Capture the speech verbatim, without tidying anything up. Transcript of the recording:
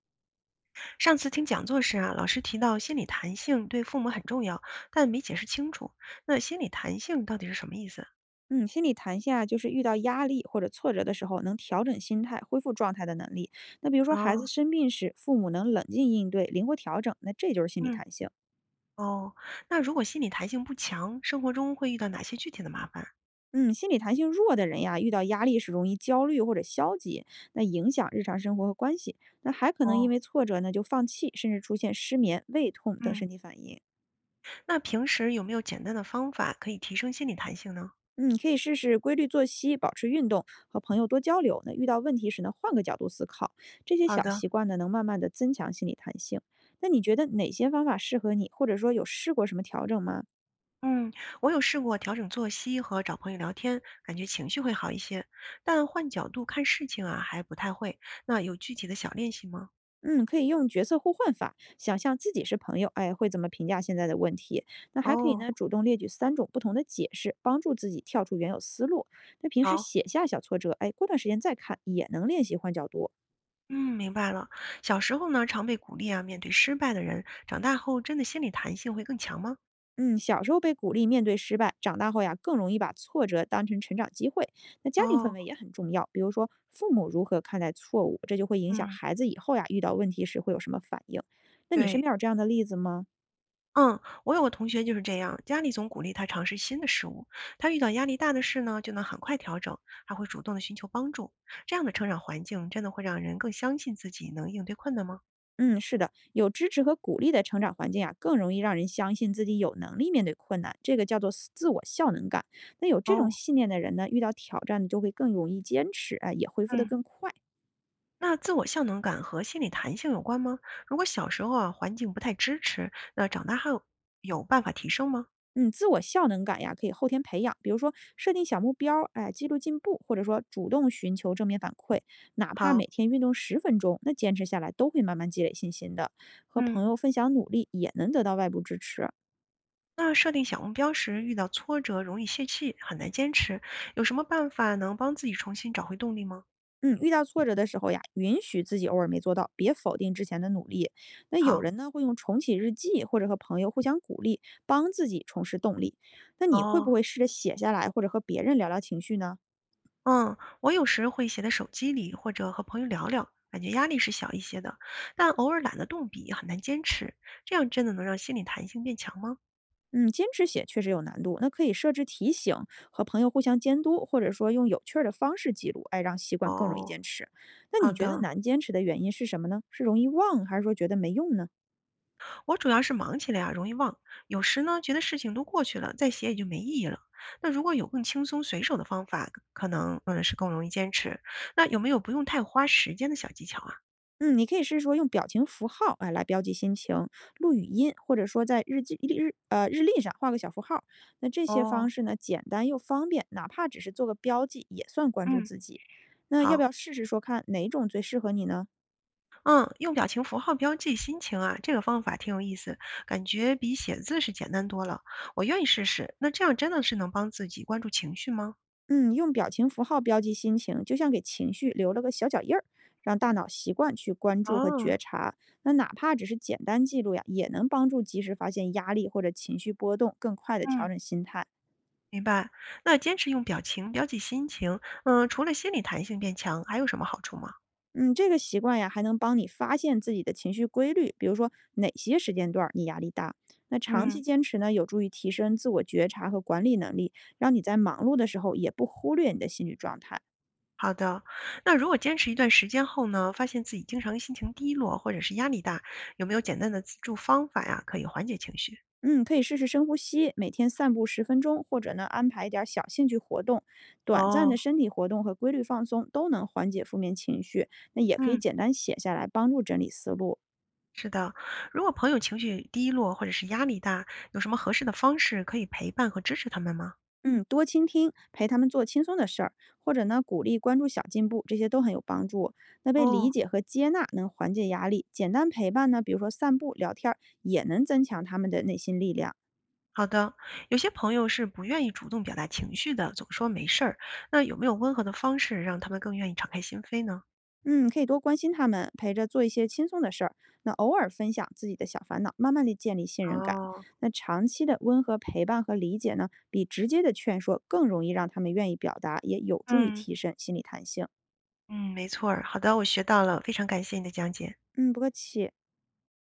上次听讲座时啊，老师提到心理弹性对父母很重要，但没解释清楚。那心理弹性到底是什么意思嗯，心理弹性啊，就是遇到压力或者挫折的时候，能调整心态、恢复状态的能力。那比如说孩子啊？生病时，父母能冷静应对、灵活调整，那这就是心理嗯，弹性。哦，那如果心理弹性不强，生活中会遇到哪些具体的麻烦？嗯，心理弹性弱的人呀，遇到压力时容易焦虑或者消极，那影响日常生活和关系。那还可能因哦，为挫折呢就放弃，甚至出现失眠、胃痛等嗯，身体反应。那平时有没有简单的方法可以提升心理弹性呢？嗯，可以试试规律作息，保持运动，和朋友多交流。那遇到问题时呢，换个角度思考，这些好小的，习惯呢，能慢慢的增强心理弹性。那你觉得哪些方法适合你，或者说有试过什么调整吗？嗯，我有试过调整作息和找朋友聊天，感觉情绪会好一些，但换角度看事情啊还不太会。那有具体的小练习吗？嗯，可以用角色互换法，想象自己是朋友，哎，会怎么评价现在的问题？那还可以哦，呢，主动列举三种不同的解释，帮助自己跳出原有思路。那平时好。写下小挫折，哎，过段时间再看，也能练习换角度。嗯，明白了。小时候呢，常被鼓励啊，面对失败的人，长大后真的心理弹性会更强吗？嗯，小时候被鼓励面对失败，长大后呀更容易把挫折当成成长机会。那家庭氛哦，围也很重要，比如说父母如何看待错误，这就会影响嗯，孩子以后呀遇到问题时会有什么反应。那你身对，边有这样的例子吗？嗯，我有个同学就是这样，家里总鼓励他尝试新的事物，他遇到压力大的事呢，就能很快调整，还会主动的寻求帮助。这样的成长环境真的会让人更相信自己能应对困难吗？嗯，是的，有支持和鼓励的成长环境呀，更容易让人相信自己有能力面对困难，这个叫做自我效能感。那有这种哦，信念的人呢，遇到挑战就会更容易坚持，哎，也恢复得嗯，更快。那自我效能感和心理弹性有关吗？如果小时候啊，环境不太支持，那长大后有办法提升吗？嗯，自我效能感呀，可以后天培养，比如说设定小目标哎，记录进步，或者说主动寻求正面反馈，哪怕好，每天运动十分钟，那坚持下来都会慢慢积累信心的。和嗯。朋友分享努力，也能得到外部支持。那设定小目标时遇到挫折，容易泄气，很难坚持，有什么办法能帮自己重新找回动力吗？嗯，遇到挫折的时候呀，允许自己偶尔没做到，别否定之前的努力。那有好，人呢会用重启日记，或者和朋友互相鼓励，帮自己重拾动力。那你会哦，不会试着写下来，或者和别人聊聊情绪呢？嗯，我有时会写在手机里，或者和朋友聊聊，感觉压力是小一些的，但偶尔懒得动笔，很难坚持。这样真的能让心理弹性变强吗？嗯，坚持写确实有难度，那可以设置提醒，和朋友互相监督，或者说用有趣儿的方式记录，哎，让习惯更容易哦，坚持。那好你觉得的。难坚持的原因是什么呢？是容易忘，还是说觉得没用呢？我主要是忙起来啊，容易忘，有时呢觉得事情都过去了，再写也就没意义了。那如果有更轻松随手的方法，可能嗯是更容易坚持。那有没有不用太花时间的小技巧啊？嗯，你可以试试说用表情符号啊来标记心情，录语音，或者说在日记日呃日历上画个小符号。那这些哦，方式呢，简单又方便，哪怕只是做个标记，也算关注嗯，自己。那要不好，要试试说看哪种最适合你呢？嗯，用表情符号标记心情啊，这个方法挺有意思，感觉比写字是简单多了。我愿意试试。那这样真的是能帮自己关注情绪吗？嗯，用表情符号标记心情，就像给情绪留了个小脚印儿，让大脑习惯去关注和哦，觉察。那哪怕只是简单记录呀，也能帮助及时发现压力或者情绪波动，更快的调嗯，整心态。明白。那坚持用表情标记心情，嗯，除了心理弹性变强，还有什么好处吗？嗯，这个习惯呀，还能帮你发现自己的情绪规律，比如说哪些时间段儿你压力大。那长期嗯。坚持呢，有助于提升自我觉察和管理能力，让你在忙碌的时候也不忽略你的心理状态。好的，那如果坚持一段时间后呢，发现自己经常心情低落或者是压力大，有没有简单的自助方法呀，可以缓解情绪？嗯，可以试试深呼吸，每天散步十分钟，或者呢安排一点儿小兴趣活动，短暂哦，的身体活动和规律放松都能缓解负面情绪。那也可以嗯，简单写下来，帮助整理思路。是的，如果朋友情绪低落或者是压力大，有什么合适的方式可以陪伴和支持他们吗？嗯，多倾听，陪他们做轻松的事儿，或者呢鼓励关注小进步，这些都很有帮助。那被理哦，解和接纳能缓解压力，简单陪伴呢，比如说散步、聊天儿，也能增强他们的内心力量。好的，有些朋友是不愿意主动表达情绪的，总说没事儿，那有没有温和的方式让他们更愿意敞开心扉呢？嗯，可以多关心他们，陪着做一些轻松的事儿，那偶尔分享自己的小烦恼，慢慢的建立信任感。哦，那长期的温和陪伴和理解呢，比直接的劝说更容易让他们愿意表达，也有助于嗯提升心理弹性。嗯，没错儿，好的，我学到了，非常感谢你的讲解。嗯，不客气。